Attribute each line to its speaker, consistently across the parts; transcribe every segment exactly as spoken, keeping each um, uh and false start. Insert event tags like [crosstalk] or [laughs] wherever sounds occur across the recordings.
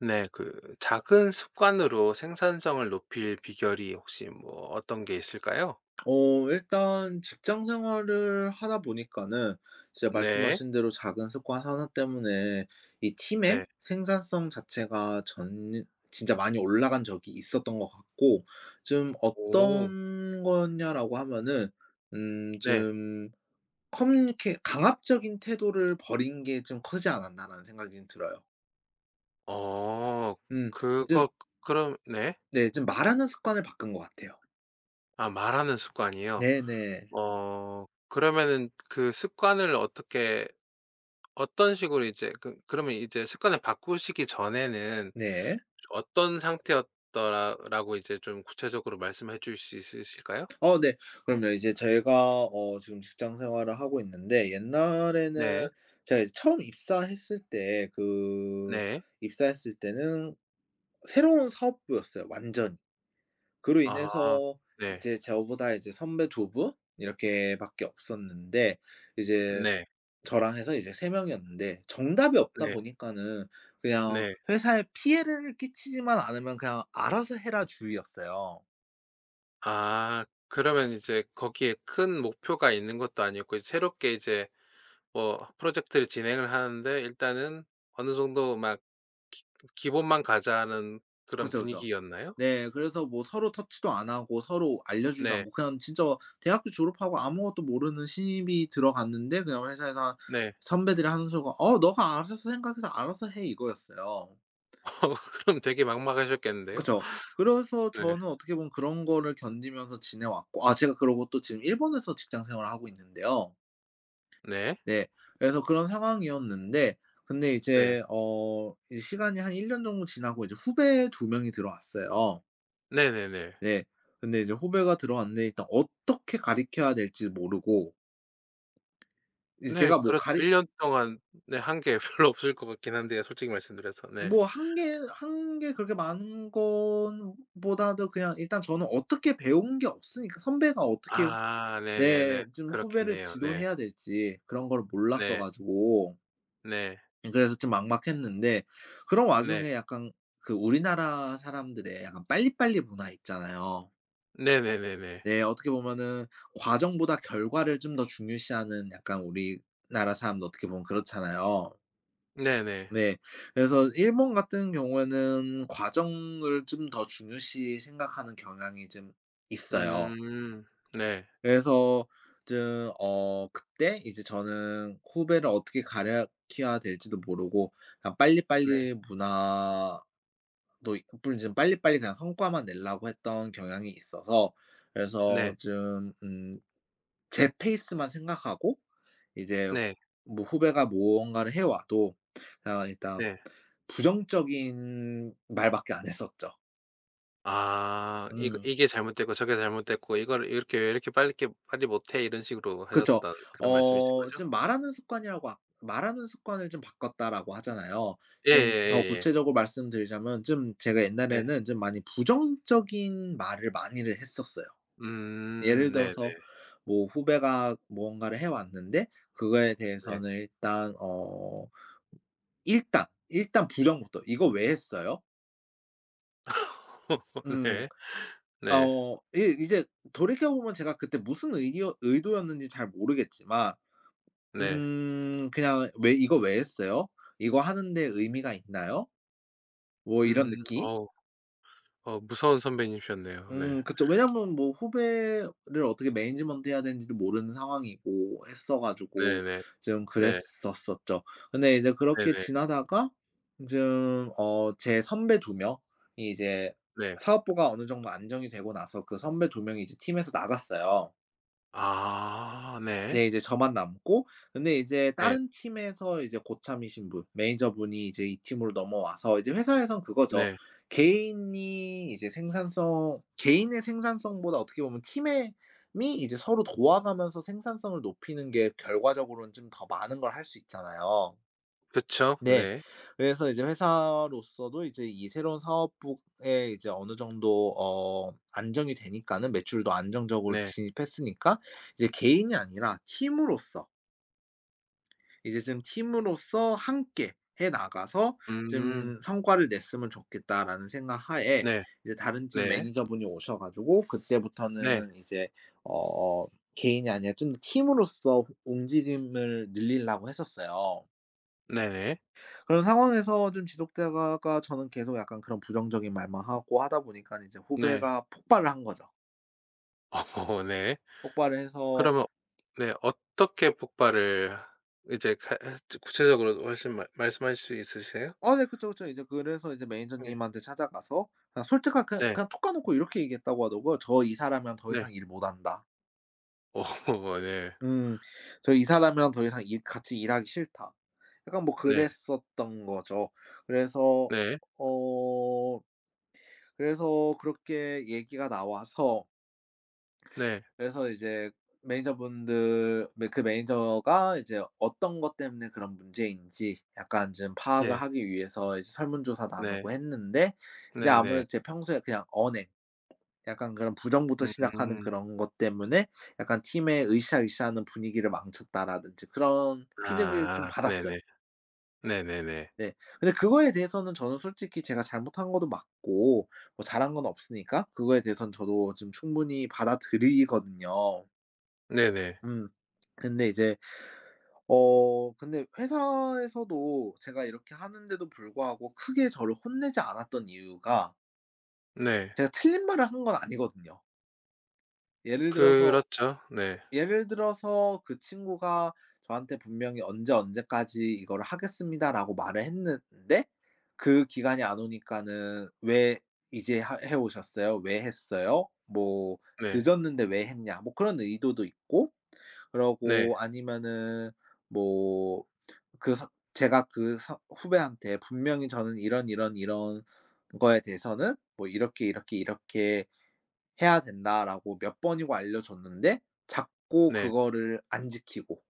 Speaker 1: 네. 그 작은 습관으로 생산성을 높일 비결이 혹시 뭐 어떤 게 있을까요?
Speaker 2: 어 일단 직장 생활을 하다 보니까는 진짜
Speaker 1: 네.
Speaker 2: 말씀하신 대로 작은 습관 하나 때문에 이 팀의
Speaker 1: 네.
Speaker 2: 생산성 자체가 전 진짜 많이 올라간 적이 있었던 것 같고, 좀
Speaker 1: 오.
Speaker 2: 어떤 거냐라고 하면은 음
Speaker 1: 네.
Speaker 2: 좀 커뮤니케 '강압적인 태도를 버린 게 좀 크지 않았나.'라는 생각이 들어요.
Speaker 1: 어.
Speaker 2: 음 좀
Speaker 1: 그거 그럼 네.
Speaker 2: 네, 좀 말하는 습관을 바꾼 것 같아요.
Speaker 1: 아 말하는 습관이요?
Speaker 2: 네네.
Speaker 1: 어 그러면은 그 습관을 어떻게 어떤 식으로 이제 그 그러면 이제 습관을 바꾸시기 전에는
Speaker 2: 네.
Speaker 1: 어떤 상태였더라 라고 이제 좀 구체적으로 말씀해 주실 수 있으실까요?
Speaker 2: 어 네. 그럼요. 이제 제가 어 지금 직장 생활을 하고 있는데, 옛날에는
Speaker 1: 네.
Speaker 2: 제가 이제 처음 입사했을 때 그
Speaker 1: 네.
Speaker 2: 입사했을 때는 새로운 사업부였어요, 완전히. 그로
Speaker 1: 아.
Speaker 2: 인해서
Speaker 1: 네.
Speaker 2: 이제 저보다 이제 선배 두 분 이렇게 밖에 없었는데, 이제
Speaker 1: 네.
Speaker 2: 저랑 해서 이제 세 명이었는데, 정답이 없다
Speaker 1: 네.
Speaker 2: 보니까는 그냥
Speaker 1: 네.
Speaker 2: 회사에 피해를 끼치지만 않으면 그냥 알아서 해라 주의였어요.
Speaker 1: 아 그러면 이제 거기에 큰 목표가 있는 것도 아니었고 이제 새롭게 이제 뭐 프로젝트를 진행을 하는데 일단은 어느 정도 막 기 기본만 가자는 그런
Speaker 2: 그죠, 그죠.
Speaker 1: 분위기였나요?
Speaker 2: 네. 그래서 뭐 서로 터치도 안 하고 서로 알려주지도
Speaker 1: 네.
Speaker 2: 않고 그냥 진짜 대학교 졸업하고 아무것도 모르는 신입이 들어갔는데, 그냥 회사에서 한
Speaker 1: 네.
Speaker 2: 선배들이 하는 소리가 "어 너가 알아서 생각해서 알아서 해." 이거였어요.
Speaker 1: [laughs] 어 그럼 되게 막막하셨겠는데요?
Speaker 2: 그죠. 그래서
Speaker 1: 네.
Speaker 2: 저는 어떻게 보면 그런 거를 견디면서 지내왔고, 아 제가 그러고 또 지금 일본에서 직장 생활을 하고 있는데요.
Speaker 1: 네.
Speaker 2: 네. 그래서 그런 상황이었는데, 근데
Speaker 1: 네.
Speaker 2: 이제 어 이 시간이 한 일 년 정도 지나고 이제 후배 두 명이 들어왔어요.
Speaker 1: 네네네.
Speaker 2: 네. 근데 이제 후배가 들어왔는데 일단 어떻게 가르쳐야 될지 모르고, 이제
Speaker 1: 네
Speaker 2: 제가 뭐
Speaker 1: 그렇죠.
Speaker 2: 가르
Speaker 1: 일 년 동안 네 한 게 [laughs] 별로 없을 것 같긴 한데요, 솔직히 말씀드려서. 네.
Speaker 2: 뭐 한 게 한 게 그렇게 많은 건 보다도, 그냥 일단 저는 어떻게 배운 게 없으니까 선배가 어떻게
Speaker 1: 아
Speaker 2: 네,
Speaker 1: 네네네.
Speaker 2: 좀 후배를
Speaker 1: 그렇겠네요. 네.
Speaker 2: 지도해야 될지 그런 걸 몰랐어
Speaker 1: 네.
Speaker 2: 가지고,
Speaker 1: 네.
Speaker 2: 그래서 좀 막막했는데, 그런
Speaker 1: 네.
Speaker 2: 와중에 약간 그 우리나라 사람들의 약간 빨리빨리 문화 있잖아요.
Speaker 1: 네네네네.
Speaker 2: 네. 어떻게 보면은 과정보다 결과를 좀 더 중요시하는, 약간 우리나라 사람도 어떻게 보면 그렇잖아요.
Speaker 1: 네네.
Speaker 2: 네. 그래서 일본 같은 경우에는 과정을 좀 더 중요시 생각하는 경향이 좀 있어요.
Speaker 1: 음. 네.
Speaker 2: 그래서 좀 어 그때 이제 저는 후배를 어떻게 가르쳐야 될지도 모르고, 그냥
Speaker 1: 네.
Speaker 2: 빨리빨리 문화도 있- 뿐좀 빨리빨리 그냥 성과만 내려고 했던 경향이 있어서, 그래서
Speaker 1: 네.
Speaker 2: 좀 음 제 페이스만 생각하고, 이제
Speaker 1: 네.
Speaker 2: 뭐 후배가 무언가를 해 와도 그냥 일단
Speaker 1: 네.
Speaker 2: 부정적인 말밖에 안 했었죠.
Speaker 1: 아. 이거
Speaker 2: 음.
Speaker 1: 이게 잘못됐고 저게 잘못됐고 이거를 이렇게 "왜 이렇게 빨리 이렇게 빨리 못해?" 이런 식으로
Speaker 2: 그쵸.
Speaker 1: 하셨던 그런 말씀이신
Speaker 2: 어
Speaker 1: 거죠?
Speaker 2: 지금 말하는 습관이라고 아 말하는 습관을 좀 바꿨다라고 하잖아요. 좀 더
Speaker 1: 예예예예.
Speaker 2: 구체적으로 말씀드리자면, 좀 제가
Speaker 1: 네.
Speaker 2: 옛날에는 좀 많이 부정적인 말을 많이를 했었어요. 예를
Speaker 1: 음. 네네
Speaker 2: 들어서
Speaker 1: 네.
Speaker 2: 뭐 후배가 무언가를 해 왔는데, 그거에
Speaker 1: 네.
Speaker 2: 대해서는 일단 어 일단, 일단 부정부터, "이거 왜 했어요?"
Speaker 1: [laughs]
Speaker 2: 음.
Speaker 1: 네. 네.
Speaker 2: 어 이 이제 돌이켜 보면 제가 그때 무슨 의디어 의도였는지 잘 모르겠지만,
Speaker 1: 네.
Speaker 2: 음 그냥 '왜 이거 왜 했어요? 이거 하는데 의미가 있나요?' 뭐
Speaker 1: 음.
Speaker 2: 이런 느낌?
Speaker 1: 어우. 어 무서운 선배님이셨네요. 네.
Speaker 2: 음. 그쵸. 왜냐면 뭐 후배를 어떻게 매니지먼트 해야 되는지도 모르는 상황이고 했어 가지고
Speaker 1: 네네.
Speaker 2: 좀
Speaker 1: 네.
Speaker 2: 그랬었었죠. 근데 이제
Speaker 1: 네네.
Speaker 2: 그렇게
Speaker 1: 네.
Speaker 2: 지나다가 좀 어 제 선배 두 명이 이제
Speaker 1: 네. 네.
Speaker 2: 사업부가 어느 정도 안정이 되고 나서 그 선배 두 명이 이제 팀에서 나갔어요.
Speaker 1: 아. 네.
Speaker 2: 네. 이제 저만 남고, 근데 이제
Speaker 1: 네.
Speaker 2: 다른 팀에서 이제 고참이신 분 매니저분이 이제 이 팀으로 넘어와서, 이제 회사에선 그거죠.
Speaker 1: 네.
Speaker 2: 개인이 이제 생산성 개인의 생산성보다 어떻게 보면 팀의, 이 이제 서로 도와가면서 생산성을 높이는 게 결과적으로는 좀 더 많은 걸 할 수 있잖아요.
Speaker 1: 그쵸.
Speaker 2: 네.
Speaker 1: 네.
Speaker 2: 그래서 이제 회사로서도 이제 이 새로운 사업부에 이제 어느 정도 어 안정이 되니까는 매출도 안정적으로
Speaker 1: 네.
Speaker 2: 진입했으니까, 이제 개인이 아니라 팀으로서, 이제 좀 '팀으로서 함께 해 나가서
Speaker 1: 음.
Speaker 2: 좀 성과를 냈으면 좋겠다.'라는 생각하에
Speaker 1: 네.
Speaker 2: 이제 다른 팀
Speaker 1: 네.
Speaker 2: 매니저분이 오셔 가지고,
Speaker 1: 네.
Speaker 2: 그때부터는 이제 어 개인이 아니라 좀 팀으로서 움직임을 늘리려고 했었어요.
Speaker 1: 네네.
Speaker 2: 그런 상황에서 좀 지속되다가 저는 계속 약간 그런 부정적인 말만 하고 하다 보니까, 이제
Speaker 1: 네.
Speaker 2: 후배가 폭발을 한 거죠.
Speaker 1: 어 네.
Speaker 2: 폭발을 해서,
Speaker 1: 그러면 네 어떻게 폭발을 이제 가 해 구체적으로 훨씬 말 말씀하실 수 있으세요?
Speaker 2: "아 네. 그쵸, 그쵸." 이제 그래서 이제
Speaker 1: 네.
Speaker 2: 매니저님한테 찾아가서 그냥 솔직하게 그냥
Speaker 1: 네.
Speaker 2: 그냥 톡 까놓고 이렇게 얘기했다고 하더라고요. "저 이 사람이랑 더
Speaker 1: 네.
Speaker 2: 이상 일 못 한다."
Speaker 1: 어 [laughs] 네.
Speaker 2: 음. "저 이 사람이랑 더 이상 일 같이 일하기 싫다." 약간 뭐
Speaker 1: 네.
Speaker 2: 그랬었던 거죠. 그래서,
Speaker 1: 네.
Speaker 2: 어 그래서 그렇게 얘기가 나와서,
Speaker 1: 네.
Speaker 2: 그래서 이제 매니저분들 매 그 매니저가 이제 어떤 것 때문에 그런 문제인지 약간 좀 파악을
Speaker 1: 네.
Speaker 2: 하기 위해서 이제 설문조사
Speaker 1: 네.
Speaker 2: 나누고 했는데, 이제
Speaker 1: 네네.
Speaker 2: 아무래도 제 평소에 그냥 언행, 약간 그런 부정부터 시작하는
Speaker 1: 음.
Speaker 2: 그런 것 때문에 약간 팀에 으쌰으쌰하는 분위기를 망쳤다라든지 그런 피드백을 좀
Speaker 1: 아
Speaker 2: 받았어요.
Speaker 1: 네네. 네네네.
Speaker 2: 네. 근데 그거에 대해서는 저는 솔직히 제가 잘못한 것도 맞고 뭐 잘한 건 없으니까, 그거에 대해서는 저도 좀 충분히 받아들이거든요.
Speaker 1: 네네.
Speaker 2: 음. 근데 이제 어 근데 회사에서도 제가 이렇게 하는데도 불구하고 크게 저를 혼내지 않았던 이유가,
Speaker 1: 네.
Speaker 2: 제가 틀린 말을 한 건 아니거든요. 예를 들어서,
Speaker 1: 그렇죠. 네.
Speaker 2: 예를 들어서 그 친구가 저한테 분명히 "언제 언제까지 이거를 하겠습니다."라고 말을 했는데, 그 기간이 안 오니까는 "왜 이제 하 해 오셨어요? 왜 했어요? 뭐
Speaker 1: 네.
Speaker 2: 늦었는데 왜 했냐?" 뭐 그런 의도도 있고,
Speaker 1: 네.
Speaker 2: 그러고 아니면은 뭐 그 서 제가 그 서 후배한테 분명히 "저는 이런 이런 이런 거에 대해서는 뭐 이렇게, 이렇게, 이렇게 해야 된다라고 몇 번이고 알려줬는데 자꾸
Speaker 1: 네.
Speaker 2: 그거를 안 지키고."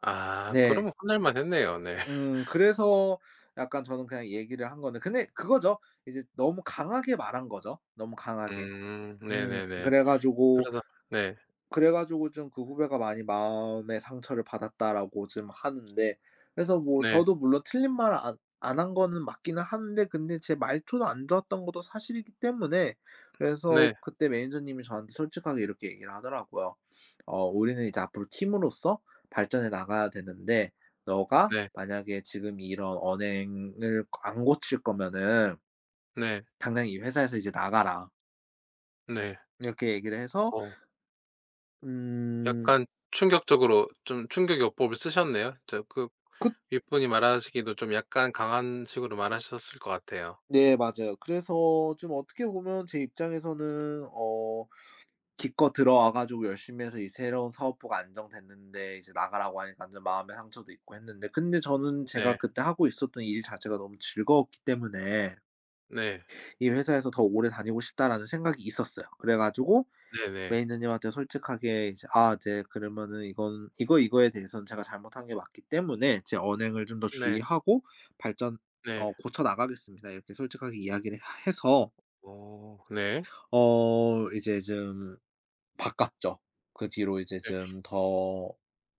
Speaker 1: 아
Speaker 2: 네.
Speaker 1: 그러면 혼날 만했네요. 네. [laughs]
Speaker 2: 음 그래서 약간 저는 그냥 얘기를 한 건데 근데 그거죠. 이제 너무 강하게 말한 거죠, 너무 강하게.
Speaker 1: 음
Speaker 2: 음
Speaker 1: 네네네.
Speaker 2: 그래 가지고
Speaker 1: 그래서 네.
Speaker 2: 그래 가지고 좀 그 후배가 많이 마음의 상처를 받았다라고 좀 하는데, 그래서 뭐
Speaker 1: 네.
Speaker 2: 저도 물론 틀린 말을 안 안 한 거는 맞기는 한데, 근데 제 말투도 안 좋았던 것도 사실이기 때문에, 그래서
Speaker 1: 네.
Speaker 2: 그때 매니저님이 저한테 솔직하게 이렇게 얘기를 하더라고요. "어 우리는 이제 앞으로 팀으로서 발전해 나가야 되는데, 너가
Speaker 1: 네.
Speaker 2: 만약에 지금 이런 언행을 안 고칠 거면은
Speaker 1: 네.
Speaker 2: 당장 이 회사에서 이제 나가라."
Speaker 1: 네.
Speaker 2: 이렇게 얘기를 해서,
Speaker 1: 어
Speaker 2: 음
Speaker 1: 약간 충격적으로 좀 충격 요법을 쓰셨네요. 저 그
Speaker 2: 그
Speaker 1: 윗분이 말하시기도 좀 약간 강한 식으로 말하셨을 것 같아요.
Speaker 2: 네, 맞아요. 그래서 좀 어떻게 보면 제 입장에서는, 어 기껏 들어와 가지고 열심히 해서 이 새로운 사업부가 안정됐는데 이제 나가라고 하니까 완전 마음의 상처도 있고 했는데, 근데 저는 제가
Speaker 1: 네.
Speaker 2: 그때 하고 있었던 일 자체가 너무 즐거웠기 때문에,
Speaker 1: 네.
Speaker 2: '이 회사에서 더 오래 다니고 싶다.'라는 생각이 있었어요. 그래 가지고
Speaker 1: 네네.
Speaker 2: 매니저님한테 솔직하게 이제 "아 네. 그러면은 이건 이거, 이거에 대해서는 제가 잘못한 게 맞기 때문에 제 언행을 좀 더
Speaker 1: 네.
Speaker 2: 주의하고 발전,
Speaker 1: 네.
Speaker 2: 어 고쳐 나가겠습니다." 이렇게 솔직하게 이야기를 해서,
Speaker 1: 어 네.
Speaker 2: 어 이제 좀 바꿨죠. 그 뒤로 이제
Speaker 1: 네.
Speaker 2: 좀 더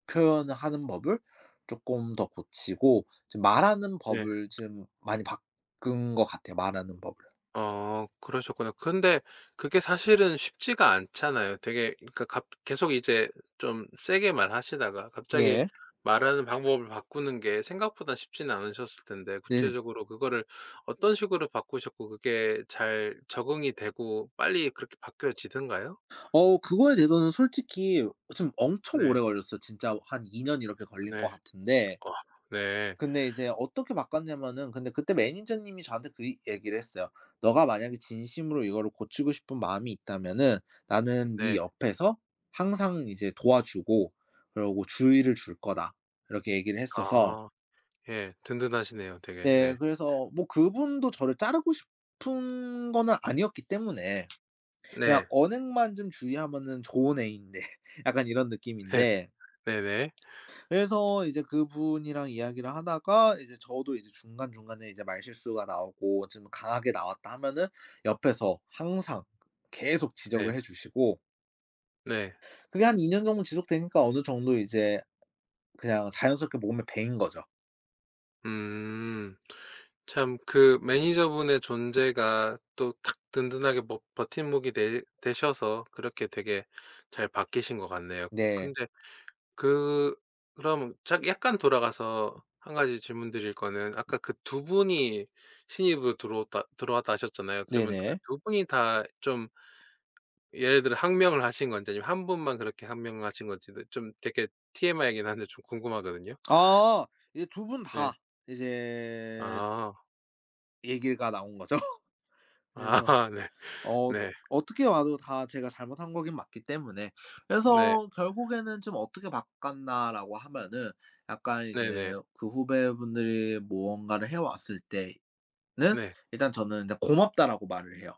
Speaker 2: 표현 하는 법을 쪼끔 더 고치고 좀 말하는
Speaker 1: 네.
Speaker 2: 법을 좀 많이 바꾼 것 같아요, 말하는 법을.
Speaker 1: 어 그러셨구나. 근데 그게 사실은 쉽지가 않잖아요. 되게 그러니까 갑 계속 이제 좀 세게 말하시다가 갑자기
Speaker 2: 네.
Speaker 1: 말하는 방법을 바꾸는 게 생각보다 쉽지는 않으셨을 텐데
Speaker 2: 네네.
Speaker 1: 구체적으로 그거를 어떤 식으로 바꾸셨고 그게 잘 적응이 되고 빨리 그렇게 바뀌어지던가요?
Speaker 2: 어 그거에 대해서는 솔직히 좀 엄청
Speaker 1: 네.
Speaker 2: 오래 걸렸어요. 진짜 한 이 년 이렇게 걸린
Speaker 1: 네.
Speaker 2: 것 같은데,
Speaker 1: 어 네.
Speaker 2: 근데 이제 어떻게 바꿨냐면은, 근데 그때 매니저님이 저한테 그 이 얘기를 했어요. "너가 만약에 진심으로 이거를 고치고 싶은 마음이 있다면은 나는 네
Speaker 1: 네.
Speaker 2: 옆에서 항상 이제 도와주고, 그러고 주의를 줄 거다." 이렇게 얘기를 했어서,
Speaker 1: 아. 예. 든든하시네요 되게.
Speaker 2: 네,
Speaker 1: 네.
Speaker 2: 그래서 뭐 그분도 저를 자르고 싶은 거는 아니었기 때문에 그냥
Speaker 1: 네.
Speaker 2: 언행만 좀 주의하면은 좋은 애인데 [laughs] 약간 이런
Speaker 1: 네.
Speaker 2: 느낌인데,
Speaker 1: 네네.
Speaker 2: 그래서 이제 그분이랑 이야기를 하다가 이제 저도 이제 중간중간에 이제 말실수가 나오고 좀 강하게 나왔다 하면은, 옆에서 항상 계속
Speaker 1: 네.
Speaker 2: 지적을
Speaker 1: 네.
Speaker 2: 해 주시고,
Speaker 1: 네.
Speaker 2: 그게 한 이 년 정도 지속되니까 어느 정도 이제 그냥 자연스럽게 몸에 배인 거죠.
Speaker 1: 음. 참 그 매니저분의 존재가 또 탁 든든하게 버 버팀목이 되 되셔서 그렇게 되게 잘 바뀌신 것 같네요.
Speaker 2: 네.
Speaker 1: 근데 그 그럼 짝 약간 돌아가서 한 가지 질문드릴 거는 아까 그 두 분이 신입으로 들어왔다 들어왔다 하셨잖아요. 그러면 그
Speaker 2: 네네.
Speaker 1: 두 분이 다 좀 예를 들어 항명을 하신 건지 아니면 한 분만 그렇게 항명을 하신 건지도 좀 되게 티엠아이이긴 한데 좀 궁금하거든요.
Speaker 2: 아 이제 두 분
Speaker 1: 네.
Speaker 2: 다 이제
Speaker 1: 아.
Speaker 2: 얘기가 나온 거죠. [laughs]
Speaker 1: 아
Speaker 2: 그래서,
Speaker 1: [laughs] 네.
Speaker 2: 어
Speaker 1: 네.
Speaker 2: 어떻게 와도 다 제가 잘못한 거긴 맞기 때문에,
Speaker 1: 네.
Speaker 2: 그래서 결국에는 좀 '어떻게 바꿨나.'라고 하면은, 약간 이제
Speaker 1: 네네.
Speaker 2: 그 후배분들이 무언가를 해 왔을 때는
Speaker 1: 네.
Speaker 2: 일단 저는 이제 "고맙다."라고 말을 해요.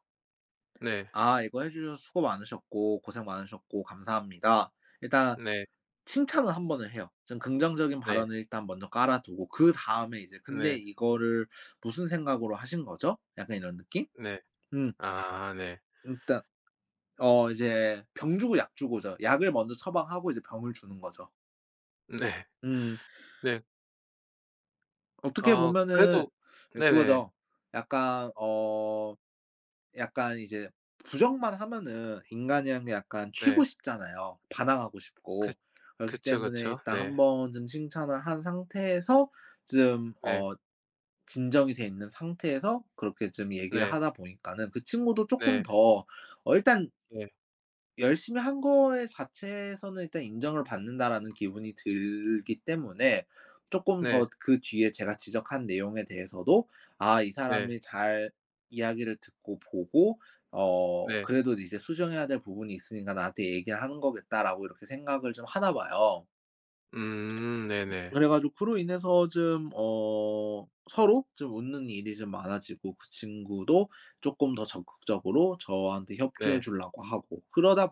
Speaker 1: 네.
Speaker 2: "아 이거 해 주셔서 수고 많으셨고 고생 많으셨고 감사합니다." 일단
Speaker 1: 네.
Speaker 2: 칭찬을 한 번을 해요. 좀 긍정적인
Speaker 1: 네.
Speaker 2: 발언을 일단 먼저 깔아 두고 그다음에 이제, "근데
Speaker 1: 네.
Speaker 2: 이거를 무슨 생각으로 하신 거죠?" 약간 이런 느낌?
Speaker 1: 네.
Speaker 2: 음.
Speaker 1: 아 네.
Speaker 2: 일단, 어 이제 병 주고 약 주고죠. 약을 먼저 처방하고 이제 병을 주는 거죠.
Speaker 1: 네.
Speaker 2: 음.
Speaker 1: 네.
Speaker 2: 어떻게
Speaker 1: 어 그래도
Speaker 2: 보면은, 예,
Speaker 1: 네네.
Speaker 2: 그거죠. 약간 어 약간 이제 부정만 하면은 인간이란 게 약간 튀고
Speaker 1: 네.
Speaker 2: 싶잖아요, 반항하고
Speaker 1: 그
Speaker 2: 싶고. 그렇기
Speaker 1: 그쵸,
Speaker 2: 때문에
Speaker 1: 그쵸.
Speaker 2: 일단 한
Speaker 1: 네.
Speaker 2: 번쯤 칭찬을 한 상태에서, 좀
Speaker 1: 네.
Speaker 2: 어 진정이 돼 있는 상태에서 그렇게 좀 얘기를
Speaker 1: 네.
Speaker 2: 하다 보니까는, 그 친구도 쪼끔
Speaker 1: 네.
Speaker 2: 더, 어 일단
Speaker 1: 네.
Speaker 2: 열심히 한 거에 자체에서는 일단 '인정을 받는다.'라는 기분이 들기 때문에, 쪼끔
Speaker 1: 네.
Speaker 2: 더 그 뒤에 제가 지적한 내용에 대해서도 '아 이
Speaker 1: 네.
Speaker 2: 사람이 잘 이야기를 듣고 보고, 어
Speaker 1: 네.
Speaker 2: 그래도 이제 수정해야 될 부분이 있으니까 나한테 얘기하는 거겠다.'라고 이렇게 생각을 좀 하나 봐요.
Speaker 1: 음 네네.
Speaker 2: 그래 가지고 그로 인해서 좀 어 서로 좀 웃는 일이 좀 많아지고 그 친구도 조금 더 적극적으로 저한테 협조해
Speaker 1: 네.
Speaker 2: 주려고 하고, 그러다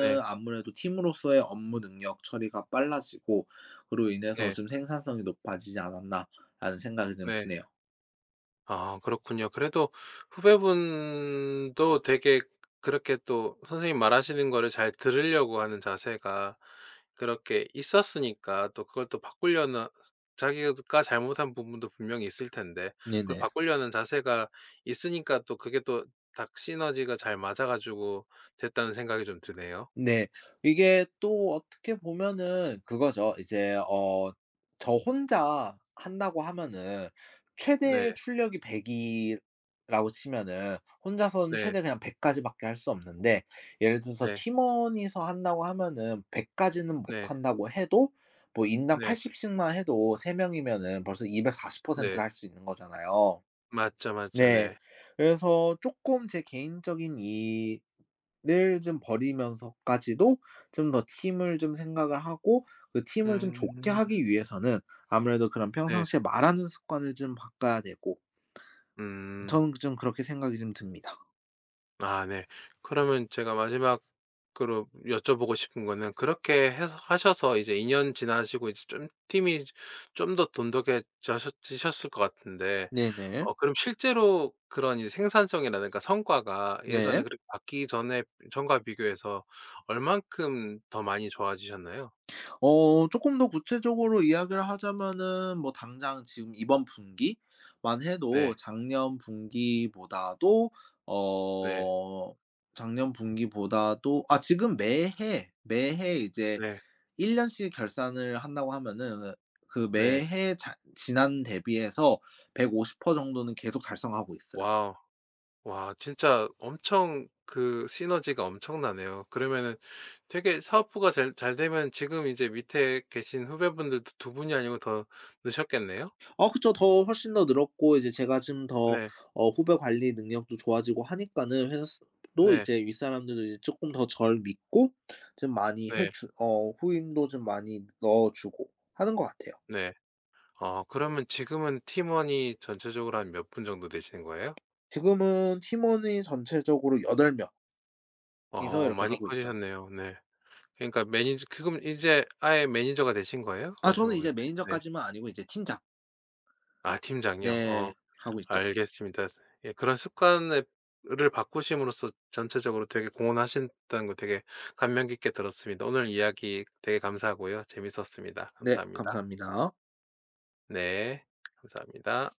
Speaker 1: 네.
Speaker 2: 아무래도 팀으로서의 업무 능력 처리가 빨라지고, 그로 인해서
Speaker 1: 네.
Speaker 2: 좀 생산성이 높아지지 않았나라는 생각이 좀
Speaker 1: 네.
Speaker 2: 드네요.
Speaker 1: 아 그렇군요. 그래도 후배분도 되게 그렇게 또 선생님 말하시는 거를 잘 들으려고 하는 자세가 그렇게 있었으니까 또 그걸 또 바꾸려는 자기가 잘못한 부분도 분명히 있을 텐데 그걸
Speaker 2: 네네.
Speaker 1: 바꾸려는 자세가 있으니까 또 그게 또 딱 시너지가 잘 맞아 가지고 됐다는 생각이 좀 드네요.
Speaker 2: 네. 이게 또 어떻게 보면은 그거죠. 이제 어 저 혼자 한다고 하면은 최대
Speaker 1: 네.
Speaker 2: 출력이 백 이라고 치면은, 혼자서는
Speaker 1: 네.
Speaker 2: 최대 그냥 백 까지밖에 할 수 없는데, 예를 들어서
Speaker 1: 네.
Speaker 2: 팀원이서 한다고 하면은 백 까지는 못
Speaker 1: 네.
Speaker 2: 한다고 해도 뭐 인당
Speaker 1: 네.
Speaker 2: 팔십 씩만 해도 세 명이면은 벌써 이백사십 퍼센트를
Speaker 1: 네.
Speaker 2: 할 수 있는 거잖아요.
Speaker 1: 맞죠, 맞죠.
Speaker 2: 네.
Speaker 1: 네.
Speaker 2: 그래서 쪼끔 제 개인적인 일을 좀 버리면서까지도 좀 더 팀을 좀 생각을 하고, 그 팀을 좀 좋게
Speaker 1: 음.
Speaker 2: 하기 위해서는 아무래도 그런
Speaker 1: 네.
Speaker 2: 평상시에 말하는 습관을 좀 바꿔야 되고,
Speaker 1: 음.
Speaker 2: 저는 좀 그렇게 생각이 좀 듭니다.
Speaker 1: 아 네. 그러면 제가 마지막으로 여쭤보고 싶은 거는 그렇게 해서 하셔서 이제 이 년 지나시고 이제 좀 팀이 좀 더 돈독해져 지셨을 것 같은데
Speaker 2: 네네.
Speaker 1: 어 그럼 실제로 그런 이 생산성이라든가 성과가
Speaker 2: 네.
Speaker 1: 예전에 그렇게 받기 전에 전과 비교해서 얼만큼 더 많이 좋아지셨나요?
Speaker 2: 어 조금 더 구체적으로 이야기를 하자면은 뭐 당장 지금 이번 분기만 해도,
Speaker 1: 네.
Speaker 2: 네, 작년 분기보다도
Speaker 1: 네.
Speaker 2: 어 작년 분기보다도, 아 지금 매해, 매해 이제
Speaker 1: 네.
Speaker 2: 일 년씩 결산을 한다고 하면은, 그
Speaker 1: 네.
Speaker 2: 매해 자 지난 대비해서 백오십 퍼센트 정도는 계속 달성하고 있어요.
Speaker 1: 와우. 와 진짜 엄청 그 시너지가 엄청나네요. 그러면은 되게 사업부가 잘 잘 되면 지금 이제 밑에 계신 후배분들도 두 분이 아니고 더 느셨겠네요?
Speaker 2: 아, 그쵸. 더 훨씬 더 늘었고, 이제 제가 좀 더,
Speaker 1: 네.
Speaker 2: 어 후배 관리 능력도 좋아지고 하니까는 회사 도
Speaker 1: 네.
Speaker 2: 이제 윗사람들도 이제 조금 더 절 믿고 좀 많이 해
Speaker 1: 네.
Speaker 2: 주 어 후임도 좀 많이 넣어 주고 하는 것 같아요.
Speaker 1: 네. 어 그러면 지금은 팀원이 전체적으로 한 몇 분 정도 되시는 거예요?
Speaker 2: 지금은 팀원이 전체적으로 여덟 명이서
Speaker 1: 어
Speaker 2: 이렇게
Speaker 1: 많이
Speaker 2: 하고 있죠.
Speaker 1: 커지셨네요. 네. 그러니까 매니저 그럼 이제 아예 매니저가 되신 거예요?
Speaker 2: 아 저는
Speaker 1: 마지막에.
Speaker 2: 이제
Speaker 1: 네.
Speaker 2: 매니저까지만 아니고 이제 팀장
Speaker 1: 아 팀장이요?
Speaker 2: 네
Speaker 1: 어.
Speaker 2: 하고 있죠.
Speaker 1: 알겠습니다. 예 그런 습관을 바꾸심으로써 전체적으로 되게 공헌하신다는 거 되게 감명 깊게 들었습니다. 오늘 이야기 되게 감사하고요. 재밌었습니다.
Speaker 2: 네,
Speaker 1: 감사합니다.
Speaker 2: 감사합니다.
Speaker 1: 네. 감사합니다.